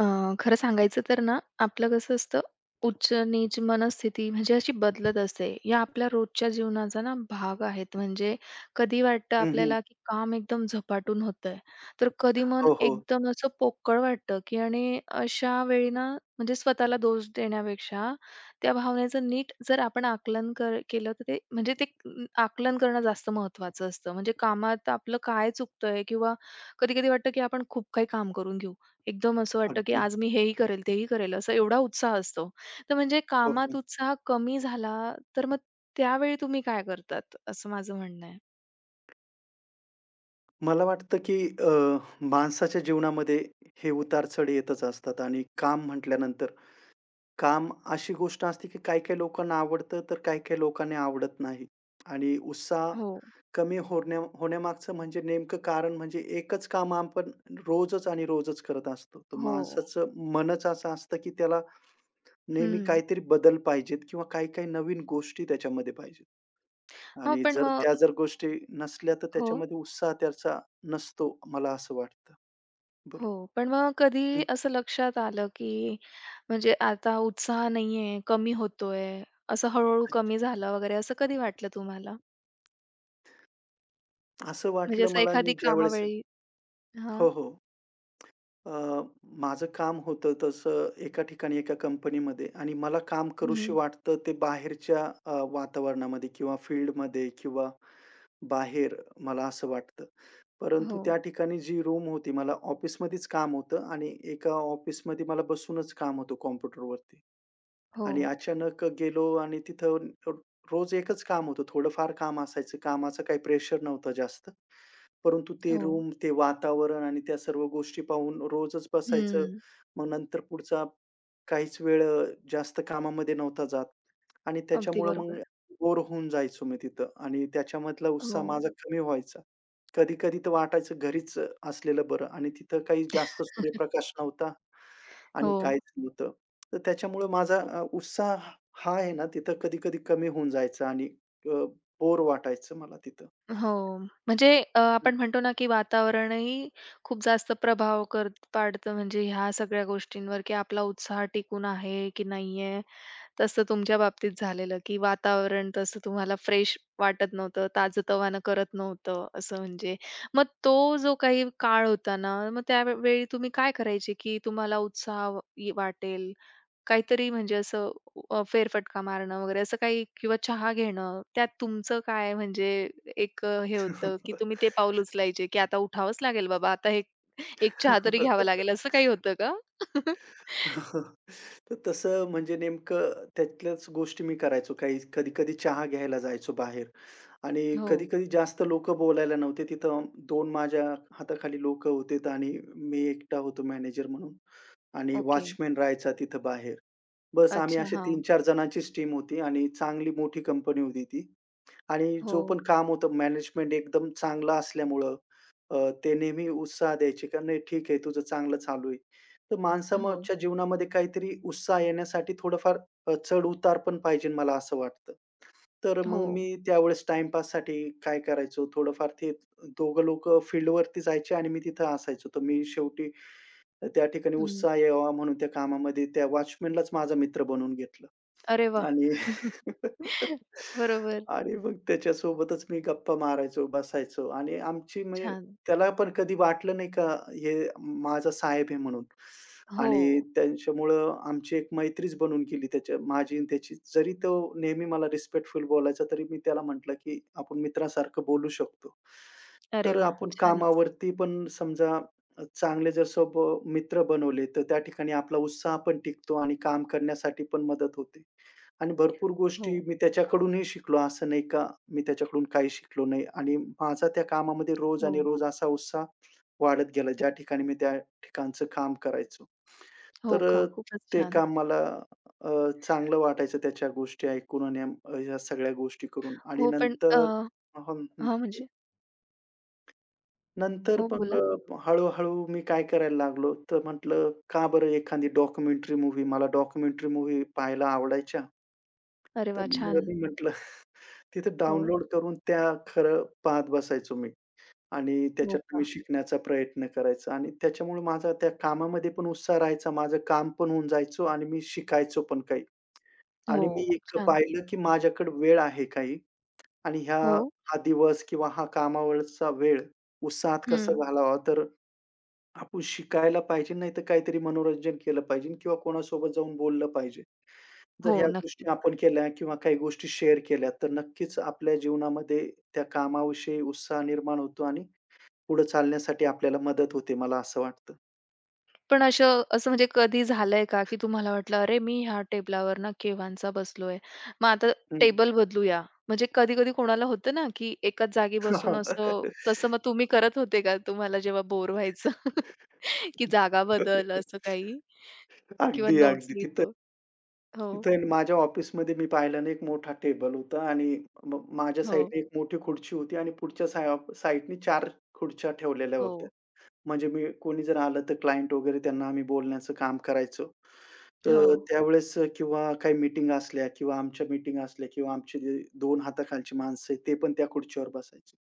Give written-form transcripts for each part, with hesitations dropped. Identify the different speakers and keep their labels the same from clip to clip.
Speaker 1: अ, खरं सांगायचं तर ना, आपलं कसं असतं, उच्च-नीच मनस्थिती म्हणजे अशी बदलत असते. या आपल्या रोजच्या जीवनाचा ना भाग आहेत. म्हणजे कधी वाटतं
Speaker 2: हं, हं.
Speaker 1: आपल्याला, की काम एकदम झपाटून होतंय, तर कधी मन
Speaker 2: हो, हो.
Speaker 1: एकदम असं पोकळ वाटतं, की आणि अशा वेळी ना म्हणजे स्वतःला दोष देण्यापेक्षा त्या भावनेचं नीट जर आपण आकलन केलं तर ते म्हणजे ते आकलन करणं जास्त महत्त्वाचं असतं. म्हणजे कामात आपलं काय चुकतंय किंवा कधी-कधी वाटतं, की आपण खूप काही काम करून घेऊ. एकदम असं वाटतं, की
Speaker 2: अगदी.
Speaker 1: आज मी हेही करेल, तेही करेल, असा एवढा उत्साह असतो. तर म्हणजे
Speaker 2: हो,
Speaker 1: कामात
Speaker 2: हो.
Speaker 1: उत्साह कमी झाला, तर मग त्यावेळी तुम्ही काय करतात? असं माझं म्हणणं आहे.
Speaker 2: मला वाटतं की अ, माणसाच्या जीवनामध्ये हे उतार-चढ येतच असतात आणि काम म्हटल्यानंतर काम अशी गोष्ट असते की काही-काही लोकांना आवडतं, तर काही-काही लोकांना आवडत नाही. आणि उत्साह
Speaker 1: हो,
Speaker 2: कमी होण्यामागचं म्हणजे नेमकं कारण म्हणजे एकच काम आपण रोजच आणि रोजच करत असतो. तर
Speaker 1: हो.
Speaker 2: माणसाचं मनच असं असतं की त्याला नेहमी
Speaker 1: हं.
Speaker 2: काहीतरी बदल पाहिजेत किंवा काही-काही नवीन गोष्टी त्याच्यामध्ये पाहिजेत.
Speaker 1: हो,
Speaker 2: आणि
Speaker 1: पण
Speaker 2: जर त्या
Speaker 1: मग
Speaker 2: जर गोष्टी नसल्या, तर
Speaker 1: हो,
Speaker 2: त्याच्यामध्ये उत्साह त्याचा नसतो, मला असं वाटतं. बोला.
Speaker 1: हो. पण मग कधी
Speaker 2: हं.
Speaker 1: असं लक्षात आलं, की म्हणजे आता उत्साह नाहीये, कमी होतोय, असं हळू
Speaker 2: अच्छा.
Speaker 1: कमी झालं वगैरे असं कधी वाटलं तुम्हाला?
Speaker 2: असं
Speaker 1: म्हणजे
Speaker 2: वाटलं
Speaker 1: असं
Speaker 2: मला
Speaker 1: एखादी
Speaker 2: मी ज्यावेळेस
Speaker 1: कामावेळी हां.
Speaker 2: हो, हो. अ, माझं काम होतं तसं एका ठिकाणी एका कंपनीमध्ये आणि मला काम करूशी
Speaker 1: हं.
Speaker 2: वाटतं ते बाहेरच्या वातावरणामध्ये किंवा फील्डमध्ये किंवा बाहेर मला असं वाटतं.
Speaker 1: हो,
Speaker 2: परंतु त्या ठिकाणी जी रूम होती मला ऑफिसमध्येच काम होतं आणि एका ऑफिसमध्ये मला बसूनच काम होतं कॉम्प्युटरवरती.
Speaker 1: हो,
Speaker 2: आणि अचानक गेलो आणि तिथं रोज एकच काम होतं. थोडंफार काम असायचं. कामाचं काही प्रेशर नव्हतं जास्त. परंतु ते
Speaker 1: हो.
Speaker 2: रूम, ते वातावरण आणि त्या सर्व गोष्टी पाहून रोजच बसायचं.
Speaker 1: हं.
Speaker 2: मग नंतर पुढचा काहीच वेळ जास्त कामामध्ये नव्हता जात आणि
Speaker 1: अगदी
Speaker 2: त्याच्यामुळं मग
Speaker 1: बरोबर.
Speaker 2: बोर होऊन जायचो मी तिथं आणि त्याच्यामधला
Speaker 1: हो,
Speaker 2: उत्साह माझा कमी व्हायचा. कधी-कधी तर वाटायचं घरीच असलेलं बरं आणि तिथं काही जास्त सूर्यप्रकाश नव्हता आणि
Speaker 1: हो.
Speaker 2: काहीच नव्हतं. तर त्याच्यामुळं माझा उत्साह हा आहे ना, तिथं कधी-कधी कमी होऊन जायचा आणि अ, बोर वाटायचं मला तिथं.
Speaker 1: हो. म्हणजे
Speaker 2: हम्म.
Speaker 1: आपण म्हणतो ना, की वातावरणही खूप जास्त प्रभाव पाडतं म्हणजे ह्या सगळ्या गोष्टींवर, की आपला उत्साह टिकून आहे की नाहीये. तसं तुमच्या बाबतीत झालेलं, की वातावरण तसं तुम्हाला फ्रेश वाटत नव्हतं, ताजंतवानं करत नव्हतं असं म्हणजे. मग तो जो काही काळ होता ना, मग त्यावेळी तुम्ही काय करायचे, की तुम्हाला उत्साह वाटेल? काहीतरी म्हणजे असं फेरफटका मारणं वगैरे असं काही किंवा चहा घेणं, त्यात तुमचं काय म्हणजे एक हे होतं, की तुम्ही ते पाऊल उचलायचे, की आता उठावंच लागेल बाबा, आता हे एक चहा तरी घ्यावा लागेल, असं काही होतं का?
Speaker 2: तर तसं म्हणजे नेमकं त्यातल्याच गोष्टी मी करायचो. काही कधी-कधी चहा घ्यायला जायचो बाहेर आणि
Speaker 1: हो,
Speaker 2: कधी-कधी जास्त लोकं बोलायला नव्हते. तिथं 2 माझ्या हाताखाली लोकं होते आणि मी एकटा होतो मॅनेजर म्हणून. आणि
Speaker 1: ओके.
Speaker 2: वॉचमन राहायचा तिथं बाहेर. बस आम्ही
Speaker 1: अच्छा,
Speaker 2: अशी
Speaker 1: हां.
Speaker 2: तीन-चार जणांचीच टीम होती आणि चांगली मोठी कंपनी होती ती आणि जो
Speaker 1: हो,
Speaker 2: पण काम होतं मॅनेजमेंट एकदम चांगला असल्यामुळं अ, ते नेहमी उत्साह द्यायचे, "का नाही ठीक आहे, तुझं चांगलं चालू आहे." तर
Speaker 1: हो,
Speaker 2: माणसाच्या जीवनामध्ये काहीतरी उत्साह येण्यासाठी थोडंफार चढ-उतार पण पाहिजे मला असं वाटतं. तर
Speaker 1: हो.
Speaker 2: मग मी त्यावेळेस टाईमपाससाठी काय करायचो, थोडंफार ते दोघं लोकं फील्डवरती जायचे आणि मी तिथं असायचो. तर मी शेवटी त्या ठिकाणी
Speaker 1: हं.
Speaker 2: उत्साह यावा म्हणून त्या कामामध्ये त्या वॉचमनलाच माझा मित्र बनवून घेतलं.
Speaker 1: अरे वाह!
Speaker 2: आणि
Speaker 1: बरोबर.
Speaker 2: आणि मग त्याच्यासोबतच मी गप्पा मारायचो, बसायचो आणि आमची म्हणजे
Speaker 1: छान.
Speaker 2: त्याला पण कधी वाटलं नाही का हे माझा साहेब आहे म्हणून.
Speaker 1: हो.
Speaker 2: आणि त्यांच्यामुळं आमची एक मैत्रीच बनून गेली त्याच्या माझी आणि त्याची. जरी तो नेहमी मला रिस्पेक्टफुल बोलायचा, तरी मी त्याला म्हटलं, की आपण मित्रासारखं बोलू शकतो.
Speaker 1: अरे
Speaker 2: तर
Speaker 1: वाह!
Speaker 2: आपण
Speaker 1: छानच.
Speaker 2: कामावरती पण समजा चांगले जर सोब मित्र बनवले, तर त्या ठिकाणी आपला उत्साह पण टिकतो आणि काम करण्यासाठी पण मदत होते. आणि भरपूर गोष्टी
Speaker 1: हो,
Speaker 2: मी त्याच्याकडूनही शिकलो. असं नाही का मी त्याच्याकडून काही शिकलो नाही आणि माझा त्या कामामध्ये रोज आणि
Speaker 1: हो.
Speaker 2: रोज असा उत्साह वाढत गेला, ज्या ठिकाणी मी त्या ठिकाणचं काम करायचो.
Speaker 1: हो
Speaker 2: तर
Speaker 1: का? खूपच
Speaker 2: ते
Speaker 1: छान.
Speaker 2: काम मला अ, चांगलं वाटायचं त्या गोष्टी ऐकून आणि ह्या सगळ्या गोष्टी करून आणि
Speaker 1: हो, पण
Speaker 2: नंतर हं, हं.
Speaker 1: हां, म्हणजे?
Speaker 2: नंतर
Speaker 1: हो,
Speaker 2: पण
Speaker 1: बोला.
Speaker 2: हळू मी काय करायला लागलो, तर म्हटलं का बरं एखादी डॉक्युमेंटरी मूव्ही मला डॉक्युमेंटरी मूव्ही पाहायला आवडायच्या.
Speaker 1: अरे
Speaker 2: तर
Speaker 1: वाह! छान.
Speaker 2: मग मी म्हटलं तिथे
Speaker 1: हो,
Speaker 2: डाउनलोड करून त्या खरं पाहत बसायचो मी आणि
Speaker 1: हो
Speaker 2: त्याच्यातून मी
Speaker 1: का?
Speaker 2: शिकण्याचा प्रयत्न करायचा आणि त्याच्यामुळे माझा त्या कामामध्ये पण उत्साह राहायचा. माझं काम पण होऊन जायचं आणि मी शिकायचो पण काही. आणि मी
Speaker 1: हो, खूप
Speaker 2: एक
Speaker 1: छान.
Speaker 2: पाहिलं, की माझ्याकडे वेळ आहे काही आणि ह्या
Speaker 1: हो.
Speaker 2: हा दिवस किंवा हा कामावरचा वेळ उत्साहात कसा
Speaker 1: हं.
Speaker 2: घालवावा तर आपण शिकायला पाहिजे, नाही तर काहीतरी मनोरंजन केलं पाहिजे किंवा कोणासोबत जाऊन बोललं पाहिजे.
Speaker 1: हो,
Speaker 2: जर ह्या
Speaker 1: नक्कीच.
Speaker 2: गोष्टी आपण केल्या किंवा काही गोष्टी शेअर केल्या, तर नक्कीच आपल्या जीवनामध्ये त्या कामाविषयी उत्साह निर्माण होतो आणि पुढे चालण्यासाठी आपल्याला मदत होते, मला असं वाटतं.
Speaker 1: पण असं असं म्हणजे कधी झालंय का, की तुम्हाला वाटलं, "अरे, मी ह्या टेबलावर ना केव्हांचा बसलोय. मग आता
Speaker 2: हं.
Speaker 1: टेबल बदलूया." म्हणजे कधी-कधी कोणाला होतं ना, की एकाच जागी बसून असं तसं मग तुम्ही करत होते का तुम्हाला जेव्हा बोर व्हायचं? की जागा बदल असं काही किंवा
Speaker 2: अगदी,
Speaker 1: नोट्स
Speaker 2: अगदी. तिथं
Speaker 1: लिहितो? हो,
Speaker 2: तिथं माझ्या ऑफिसमध्ये मी पाहिलं एक मोठा टेबल होता आणि माझ्या
Speaker 1: हो,
Speaker 2: साईडने एक मोठी खुर्ची होती आणि पुढच्या साईडने 4 खुर्च्या ठेवलेल्या होत्या.
Speaker 1: हो,
Speaker 2: म्हणजे मी कोणी जर आलं तर क्लायंट वगैरे त्यांना आम्ही बोलण्याचं काम करायचो.
Speaker 1: हो,
Speaker 2: तर त्यावेळेस किंवा काही मीटिंग असल्या किंवा आमच्या मीटिंग असल्या किंवा आमचे जे 2 हाताखालची माणसं आहेत, ते पण त्या खुर्चीवर बसायचे.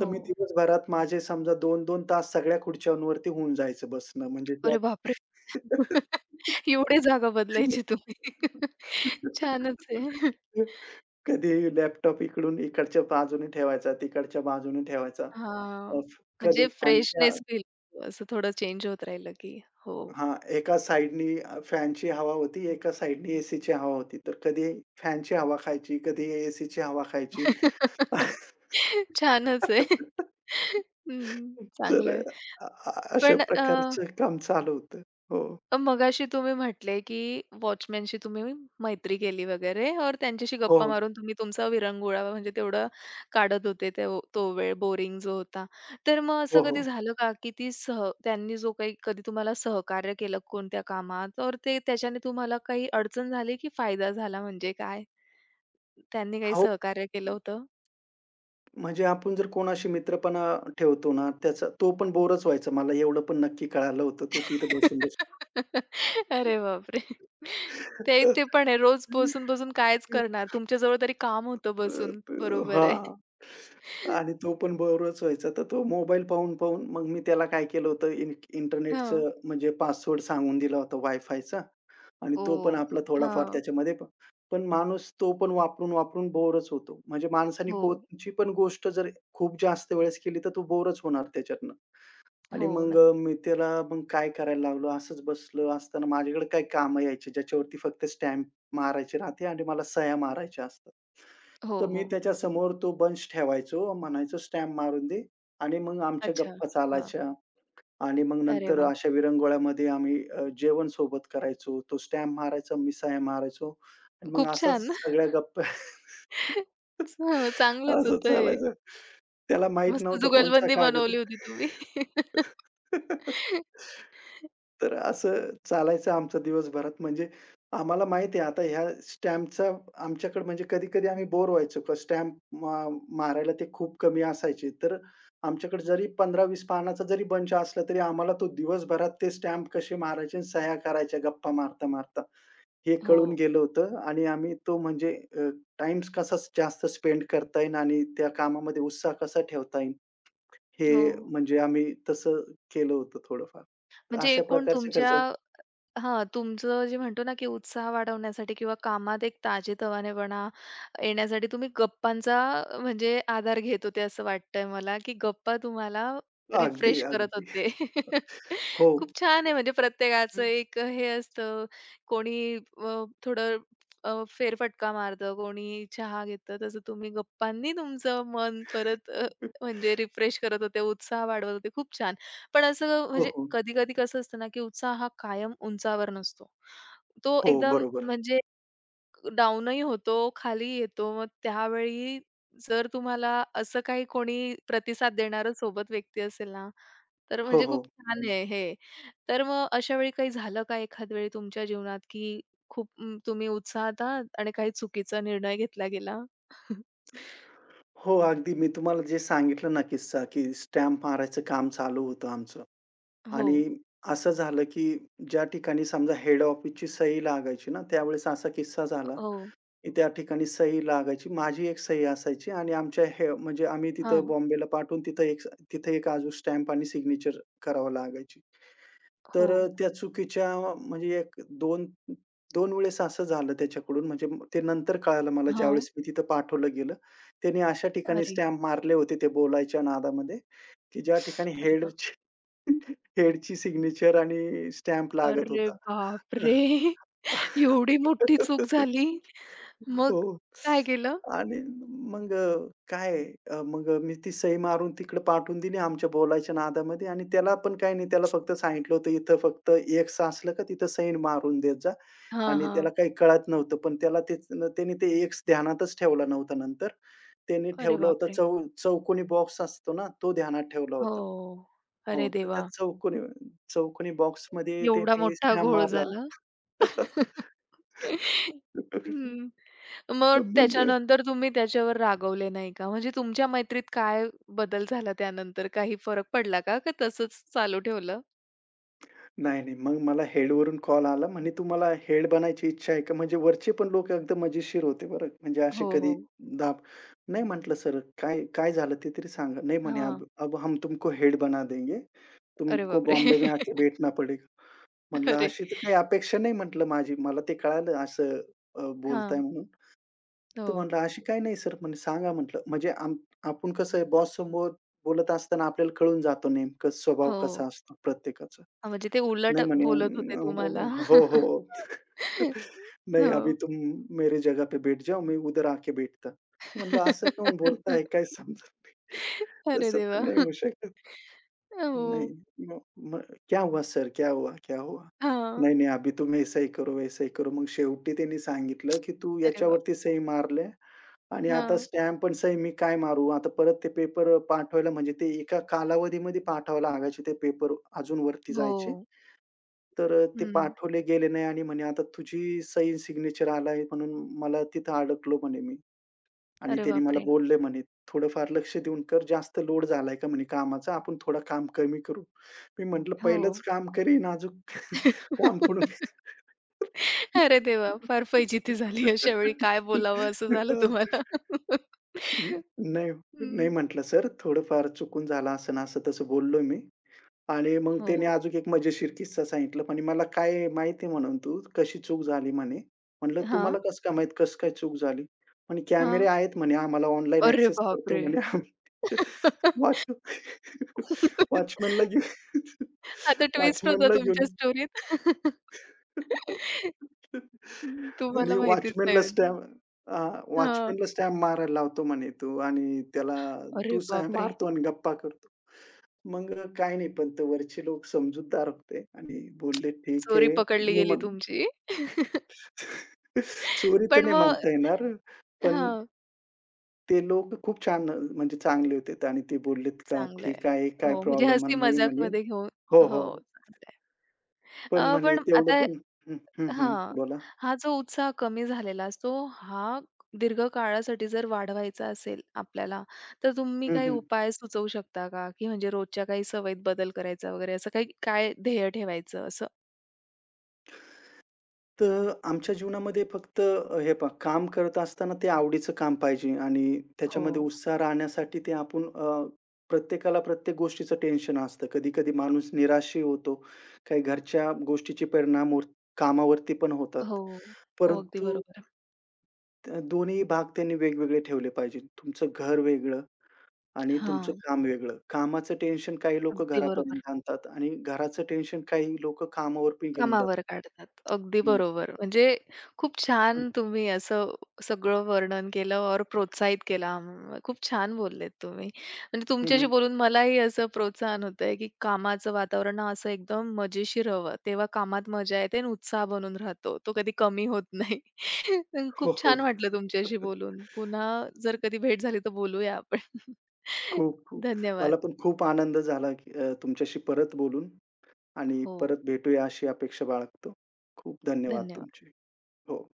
Speaker 2: तर मी दिवसभरात माझे समजा 2-2 तास सगळ्या खुर्च्यांवरती होऊन जायचं बसणं म्हणजे त्या
Speaker 1: अरे बापरे! एवढी जागा बदलायची तुम्ही. छानच आहे.
Speaker 2: कधी लॅपटॉप इकडून इकडच्या बाजूने ठेवायचा, तिकडच्या बाजूने ठेवायचा.
Speaker 1: हां,
Speaker 2: अ,
Speaker 1: म्हणजे
Speaker 2: कधी फॅनच्या
Speaker 1: फ्रेशनेस फील होतो असं थोडं चेंज होत राहिलं की. हो.
Speaker 2: हां, एका साइडनी फॅनची हवा होती, एका साइडनी एसीची हवा होती. तर कधी फॅनची हवा खायची, कधी एसीची हवा खायची.
Speaker 1: छानच आहे. हं,
Speaker 2: तर
Speaker 1: चांगलं आहे.
Speaker 2: अ, अ, अशा
Speaker 1: पण अ
Speaker 2: प्रकारचं काम चालू होतं. हो,
Speaker 1: अ, मगाशी तुम्ही म्हटले, की वॉचमनशी तुम्ही मैत्री केली वगैरे और त्यांच्याशी
Speaker 2: हो,
Speaker 1: गप्पा मारून तुम्ही तुमचा विरंगुळा म्हणजे तेवढा काढत होते ते तो वेळ बोरिंग जो होता. तर मग असं
Speaker 2: हो,
Speaker 1: कधी
Speaker 2: हो.
Speaker 1: झालं का, की ती सह त्यांनी जो काही कधी तुम्हाला सहकार्य केलं कोणत्या कामात और ते त्याच्याने तुम्हाला काही अडचण झाली, की फायदा झाला म्हणजे काय? त्यांनी काही
Speaker 2: हो,
Speaker 1: सहकार्य केलं होतं?
Speaker 2: म्हणजे आपण जर कोणाशी मित्रपणा ठेवतो ना, त्याचा तो पण बोरच व्हायचा. मला एवढं पण नक्की कळालं होतं, तो तिथं बसून-बसून.
Speaker 1: अरे बापरे! ते ते पण आहे. रोज बसून-बसून कायच करणार? तुमच्याजवळ तरी काम होतं
Speaker 2: अ,
Speaker 1: बसून.
Speaker 2: प
Speaker 1: बरोबर
Speaker 2: हां.
Speaker 1: आहे.
Speaker 2: आणि तो पण बोरच व्हायचा. तर तो मोबाईल पाहून-पाहून मग मी त्याला काय केलं होतं इन
Speaker 1: हां.
Speaker 2: इंटरनेटचं म्हणजे पासवर्ड सांगून दिला होता वायफायचा आणि
Speaker 1: हो.
Speaker 2: तो पण आपला थोडाफार
Speaker 1: हां.
Speaker 2: त्याच्यामध्ये प पण माणूस तो पण वापरून-वापरून बोरच होतो. म्हणजे माणसाने
Speaker 1: हो,
Speaker 2: कोणची पण गोष्ट जर खूप जास्त वेळेस केली, तर तो बोरच होणार त्याच्यातनं. आणि
Speaker 1: हो.
Speaker 2: मग
Speaker 1: नक्की.
Speaker 2: मी त्याला मग काय करायला लागलो, असंच बसलो असताना माझ्याकडे काही कामं यायची, ज्याच्यावरती फक्त स्टॅम्प मारायची राहते आणि मला सह्या मारायच्या असतात.
Speaker 1: हो,
Speaker 2: तर मी
Speaker 1: हो.
Speaker 2: त्याच्यासमोर तो बंच ठेवायचो, म्हणायचो, "स्टॅम्प मारून दे" आणि मग आमच्या
Speaker 1: अच्छा.
Speaker 2: गप्पा
Speaker 1: हां.
Speaker 2: चालायच्या. आणि मग
Speaker 1: अरे
Speaker 2: नंतर
Speaker 1: वा
Speaker 2: अशा विरंगुळ्यामध्ये आम्ही जेवण सोबत करायचो. तो स्टॅम्प मारायचा, मिसाया मारायचो आणि मग
Speaker 1: खूप
Speaker 2: असाच
Speaker 1: छान.
Speaker 2: सगळ्या गप्पा
Speaker 1: हां, चांगलंच
Speaker 2: असं
Speaker 1: होतं हे.
Speaker 2: चालायचं. त्याला माहीत
Speaker 1: मस्त
Speaker 2: नव्हतं कोणचा
Speaker 1: जुगलबंदी
Speaker 2: कागद
Speaker 1: बनवली होती तुम्ही.
Speaker 2: आहे. तर असं चालायचं आमचं दिवसभरात. म्हणजे आम्हाला माहिती आहे आता ह्या स्टॅम्पचा आमच्याकडे म्हणजे कधी-कधी आम्ही बोर व्हायचो. का स्टॅम्प मा मारायला ते खूप कमी असायचे. तर आमच्याकडे जरी 15-20 पानाचा जरी बंच असला, तरी आम्हाला तो दिवसभरात ते स्टॅम्प कसे मारायचे आणि सह्या करायच्या गप्पा मारता-मारता, हे कळून
Speaker 1: हो,
Speaker 2: गेलं होतं आणि आम्ही तो म्हणजे टाईम कसा जास्त स्पेंड करता येईल आणि त्या कामामध्ये उत्साह कसा ठेवता येईल, हे
Speaker 1: हो.
Speaker 2: म्हणजे आम्ही तसं केलं होतं थोडंफार. तर
Speaker 1: म्हणजे
Speaker 2: अशा
Speaker 1: एकूण
Speaker 2: प्रकारचे
Speaker 1: तुमच्या
Speaker 2: खर्च
Speaker 1: हां, तुमचं जे म्हणतो ना, की उत्साह वाढवण्यासाठी किंवा कामात एक ताजेतवानेपणा येण्यासाठी तुम्ही गप्पांचा म्हणजे आधार घेत होते असं वाटतंय मला, की गप्पा तुम्हाला
Speaker 2: अगदी,
Speaker 1: रिफ्रेश करत
Speaker 2: अगदी.
Speaker 1: होते.
Speaker 2: हो.
Speaker 1: खूप छान आहे म्हणजे प्रत्येकाचं एक हे असतं. कोणी थोडं फेरफटका मारतं, कोणी चहा घेतं. तसं तुम्ही गप्पांनी तुमचं मन परत म्हणजे रिफ्रेश करत होते, उत्साह वाढवत होते. खूप छान. पण असं
Speaker 2: हो,
Speaker 1: म्हणजे
Speaker 2: हो.
Speaker 1: कधी-कधी कसं असतं ना, की उत्साह हा कायम उंचावर नसतो. तो
Speaker 2: हो,
Speaker 1: एकदम
Speaker 2: बरोबर.
Speaker 1: म्हणजे डाऊनही होतो, खाली येतो. मग त्यावेळी जर तुम्हाला असं काही कोणी प्रतिसाद देणारं सोबत व्यक्ती असेल ना, तर
Speaker 2: हो,
Speaker 1: म्हणजे खूप
Speaker 2: हो.
Speaker 1: छान आहे हे. तर मग अशा वेळी काही झालं का एखाद वेळी तुमच्या जीवनात, की खूप तुम्ही उत्साहात आहात आणि काही चुकीचा निर्णय घेतला गेला?
Speaker 2: हो, अगदी मी तुम्हाला जे सांगितलं ना किस्सा, की स्टॅम्प मारायचं काम चालू होतं आमचं.
Speaker 1: हो.
Speaker 2: आणि असं झालं, की ज्या ठिकाणी समजा हेड ऑफिसची सही लागायची ना, त्यावेळेस असा किस्सा झाला,
Speaker 1: हो.
Speaker 2: की त्या ठिकाणी सही लागायची. माझी एक सही असायची आणि आमच्या हे म्हणजे आम्ही तिथं
Speaker 1: हां.
Speaker 2: बॉम्बेला पाठवून तिथं एक तिथे एक अजून स्टॅम्प आणि सिग्नेचर करावं लागायची.
Speaker 1: हो.
Speaker 2: तर त्या चुकीच्या म्हणजे एक 2 वेळेस असं झालं त्याच्याकडून म्हणजे ते नंतर कळालं मला
Speaker 1: हां.
Speaker 2: ज्यावेळेस मी तिथं पाठवलं गेलं. त्याने अशा ठिकाणी
Speaker 1: अरे!
Speaker 2: स्टॅम्प मारले होते ते बोलायच्या नादामध्ये, की ज्या ठिकाणी
Speaker 1: अरे
Speaker 2: हेडची हेडची सिग्नेचर आणि स्टॅम्प लागत
Speaker 1: अरे
Speaker 2: होता.
Speaker 1: बापरे! एवढी मोठी चूक झाली. मग
Speaker 2: हो.
Speaker 1: काय केलं?
Speaker 2: आणि मग काय मग मी ती सही मारून तिकडे पाठवून दिली आमच्या बोलायच्या नादामध्ये आणि त्याला पण काही नाही त्याला फक्त सांगितलं होतं, "इथं फक्त एक्स असलं का तिथं सही मारून देत जा."
Speaker 1: हां,
Speaker 2: आणि त्याला
Speaker 1: हां.
Speaker 2: काही कळत नव्हतं. पण त्याला तेच त्याने ते एक्स ध्यानातच ठेवला नव्हता नंतर. त्याने
Speaker 1: अरे
Speaker 2: ठेवलं होतं
Speaker 1: बापरे!
Speaker 2: चौकोनी बॉक्स असतो ना, तो ध्यानात ठेवला
Speaker 1: हो.
Speaker 2: होता. हो,
Speaker 1: अरे
Speaker 2: तर त्या
Speaker 1: देवा!
Speaker 2: चौकोनी चौकोनी बॉक्समध्ये
Speaker 1: एवढा
Speaker 2: त्याने
Speaker 1: मोठा
Speaker 2: स्टॅम्प
Speaker 1: घोळ
Speaker 2: मारला.
Speaker 1: झाला. हं. मग
Speaker 2: मग
Speaker 1: त्याच्यानंतर तुम्ही त्याच्यावर रागवले नाही का? म्हणजे तुमच्या मैत्रीत काय बदल झाला त्यानंतर? काही फरक पडला का? का तसंच चालू ठेवलं?
Speaker 2: नाही, नाही. मग मला हेडवरून कॉल आला. म्हणे, "तुम्हाला हेड बनायची इच्छा आहे का?" म्हणजे वरचे पण लोक एकदम मजेशीर होते बरं. म्हणजे असे
Speaker 1: हो, हो.
Speaker 2: कधी दाब नाही म्हटलं, "सर, काय काय झालं ते तरी सांगा." नाही म्हणे,
Speaker 1: हां.
Speaker 2: "अब अब हम तुमको हेड बना देंगे.
Speaker 1: अरे
Speaker 2: तुमको
Speaker 1: बापरे!
Speaker 2: बॉम्बे में आके बैठना पडेगा." म्हटलं,
Speaker 1: अरे!
Speaker 2: "अशी तर काही अपेक्षा नाही." म्हटलं माझी. मला ते कळालं असं बोलताय
Speaker 1: हां.
Speaker 2: म्हणून.
Speaker 1: हो.
Speaker 2: तर म्हटलं, "अशी काही नाही सर," म्हणे, "सांगा," म्हटलं. म्हणजे आपण कसं आहे बॉस समोर बोलत असताना आपल्याला कळून जातो नेमकं स्वभाव कसा
Speaker 1: हो.
Speaker 2: असतो प्रत्येकाचा.
Speaker 1: हां, म्हणजे ते उलट
Speaker 2: नाही म्हणे
Speaker 1: बोलत होते तुम्हाला.
Speaker 2: "हो, हो." "नहीं अभी
Speaker 1: हो.
Speaker 2: तुम मेरे जगह पे बैठ जाओ, मैं उधर आके बैठता." म्हटलं, "असं काहून बोलताय? काही समजत नाही."
Speaker 1: अरे
Speaker 2: तसं तर
Speaker 1: देवा!
Speaker 2: नाही होऊ शकत.
Speaker 1: हो.
Speaker 2: नहीं, म म क्या हुआ सर? क्या हुआ? क्या हुआ?
Speaker 1: हां.
Speaker 2: नाही, नाही, अभी तुम ऐसा ही करो, वैसा ही करो. मग शेवटी त्यांनी सांगितलं, की "तू
Speaker 1: अरे बाप!
Speaker 2: याच्यावरती सही मारल्या आणि आता
Speaker 1: हां.
Speaker 2: स्टॅम्प पण सही मी काय मारू? आता परत ते पेपर पाठवायला म्हणजे ते एका कालावधीमध्ये पाठवायला लागायचे ते पेपर अजून वरती जायचे.
Speaker 1: हो.
Speaker 2: तर ते
Speaker 1: हं.
Speaker 2: पाठवले गेले नाही आणि म्हणे आता तुझी सही सिग्नेचर आलाय म्हणून मला तिथं अडकलो म्हणे मी." आणि
Speaker 1: अरे
Speaker 2: त्याने मला
Speaker 1: बापरे!
Speaker 2: बोलले म्हणे, "थोडंफार लक्ष देऊन कर. जास्त लोड झालाय का?" म्हणे कामाचा. "आपण थोडं काम कमी करू." मी म्हटलं,
Speaker 1: हो.
Speaker 2: "पहिलंच काम करीन अजून काम करून"
Speaker 1: अरे देवा! फार फजिती झाली अशा वेळी काय बोलावं असं झालं
Speaker 2: अ,
Speaker 1: तुम्हाला.
Speaker 2: न नाही, नाही
Speaker 1: हं.
Speaker 2: म्हटलं, "सर थोडंफार चुकून झालं असं ना असं तसं बोललो मी. आणि मग त्याने
Speaker 1: हो.
Speaker 2: अजून एक मजेशीर किस्सा सांगितला. म्हणे "मला काय माहिती आहे" म्हणून "तू कशी चूक झाली" म्हणे. म्हणलं
Speaker 1: हां,
Speaker 2: "तुम्हाला कसं काय माहीत कसं काय चूक झाली?" म्हणे "कॅमेरे
Speaker 1: हां.
Speaker 2: आहेत" म्हणे "आम्हाला ऑनलाईन
Speaker 1: अरे
Speaker 2: ॲक्सेस करतो"
Speaker 1: बापरे!
Speaker 2: म्हणे "आम्ही वॉच वॉचमनला घेऊन
Speaker 1: आता ट्विस्ट होता
Speaker 2: वॉचमनला
Speaker 1: तुमच्या
Speaker 2: घेऊन"
Speaker 1: स्टोरीत. हं, तुम्हाला
Speaker 2: म्हणे
Speaker 1: माहितीच नाही
Speaker 2: "वॉचमनला
Speaker 1: म्हणजे.
Speaker 2: स्टॅम्प
Speaker 1: हां.
Speaker 2: हां, स्टॅम्प मारायला लावतो" म्हणे "तू आणि त्याला
Speaker 1: अरे
Speaker 2: तू साय
Speaker 1: बापरे!
Speaker 2: मारतो आणि गप्पा करतो." मग काही नाही, पण ते वरचे लोक समजूतदार होते आणि बोलले, "ठीक
Speaker 1: चोरी
Speaker 2: आहे."
Speaker 1: पकडली
Speaker 2: मी
Speaker 1: गेली
Speaker 2: म्हण
Speaker 1: तुमची.
Speaker 2: चोरी तर
Speaker 1: पण
Speaker 2: नाही
Speaker 1: मग
Speaker 2: म्हणता येणार, पण
Speaker 1: हां,
Speaker 2: ते लोक खूप छान म्हणजे चांगले होते आणि ते बोललेत का,
Speaker 1: चांगलं
Speaker 2: "ठीक
Speaker 1: आहे.
Speaker 2: आहे, काय
Speaker 1: हो, म्हणजे
Speaker 2: प्रॉब्लेम
Speaker 1: हसी
Speaker 2: नाही." म्हणे.
Speaker 1: मजाकमध्ये घेऊन
Speaker 2: हो,
Speaker 1: हो,
Speaker 2: हो. हो."
Speaker 1: चांगलं आहे.
Speaker 2: पण म्हणे
Speaker 1: पण आता
Speaker 2: तेवढं पण हं, हं, हं.
Speaker 1: हां.
Speaker 2: बोला.
Speaker 1: हा जो उत्साह कमी झालेला असतो, हा दीर्घकाळासाठी जर वाढवायचा असेल आपल्याला, तर तुम्ही
Speaker 2: हं,
Speaker 1: काही
Speaker 2: हं.
Speaker 1: उपाय सुचवू शकता का? की म्हणजे रोजच्या काही सवयीत बदल करायचा वगैरे असं काही काय ध्येय ठेवायचं असं?
Speaker 2: तर आमच्या जीवनामध्ये फक्त हे पहा काम करत असताना ते आवडीचं काम पाहिजे आणि
Speaker 1: हो.
Speaker 2: त्याच्यामध्ये उत्साह राहण्यासाठी ते आपण प्रत्येकाला प्रत्येक गोष्टीचं टेन्शन असतं. कधी-कधी माणूस निराशही होतो. काही घरच्या गोष्टीचे परिणाम वर कामावरती पण होतात.
Speaker 1: हो. हो, अगदी
Speaker 2: परंतु
Speaker 1: बरोबर.
Speaker 2: दोन्ही भाग त्यांनी वेगवेगळे ठेवले पाहिजेत. तुमचं घर वेगळं आणि तुमचं
Speaker 1: हां,
Speaker 2: काम वेगळं. कामाचं टेन्शन काही लोकं
Speaker 1: अगदी बरोबर.
Speaker 2: घरापर्यंत आणतात आणि घराचं टेन्शन काही लोकं कामावर पण घेऊन जातात.
Speaker 1: कामावर काढतात. अगदी
Speaker 2: हं,
Speaker 1: बरोबर. म्हणजे खूप
Speaker 2: हं.
Speaker 1: छान तुम्ही असं सगळं वर्णन केलं और प्रोत्साहित केलं आम्हाला. खूप छान बोललेत तुम्ही. म्हणजे तुमच्याशी बोलून मलाही असं प्रोत्साहन होतंय, की कामाचं वातावरण ना असं एकदम मजेशीर हवं. तेव्हा कामात मजा येते आणि उत्साह बनून राहतो. तो कधी कमी होत नाही. अन् खूप
Speaker 2: हो, हो.
Speaker 1: छान वाटलं तुमच्याशी बोलून. पुन्हा जर कधी भेट झाली तर बोलूया आपण.
Speaker 2: खूप, खूप. मला
Speaker 1: धन्यवाद.
Speaker 2: पण खूप आनंद झाला, की तुमच्याशी परत बोलून आणि
Speaker 1: हो,
Speaker 2: परत भेटूया अशी अपेक्षा बाळगतो. खूप धन्यवाद
Speaker 1: धन्यवाद.
Speaker 2: तुमचे. हो.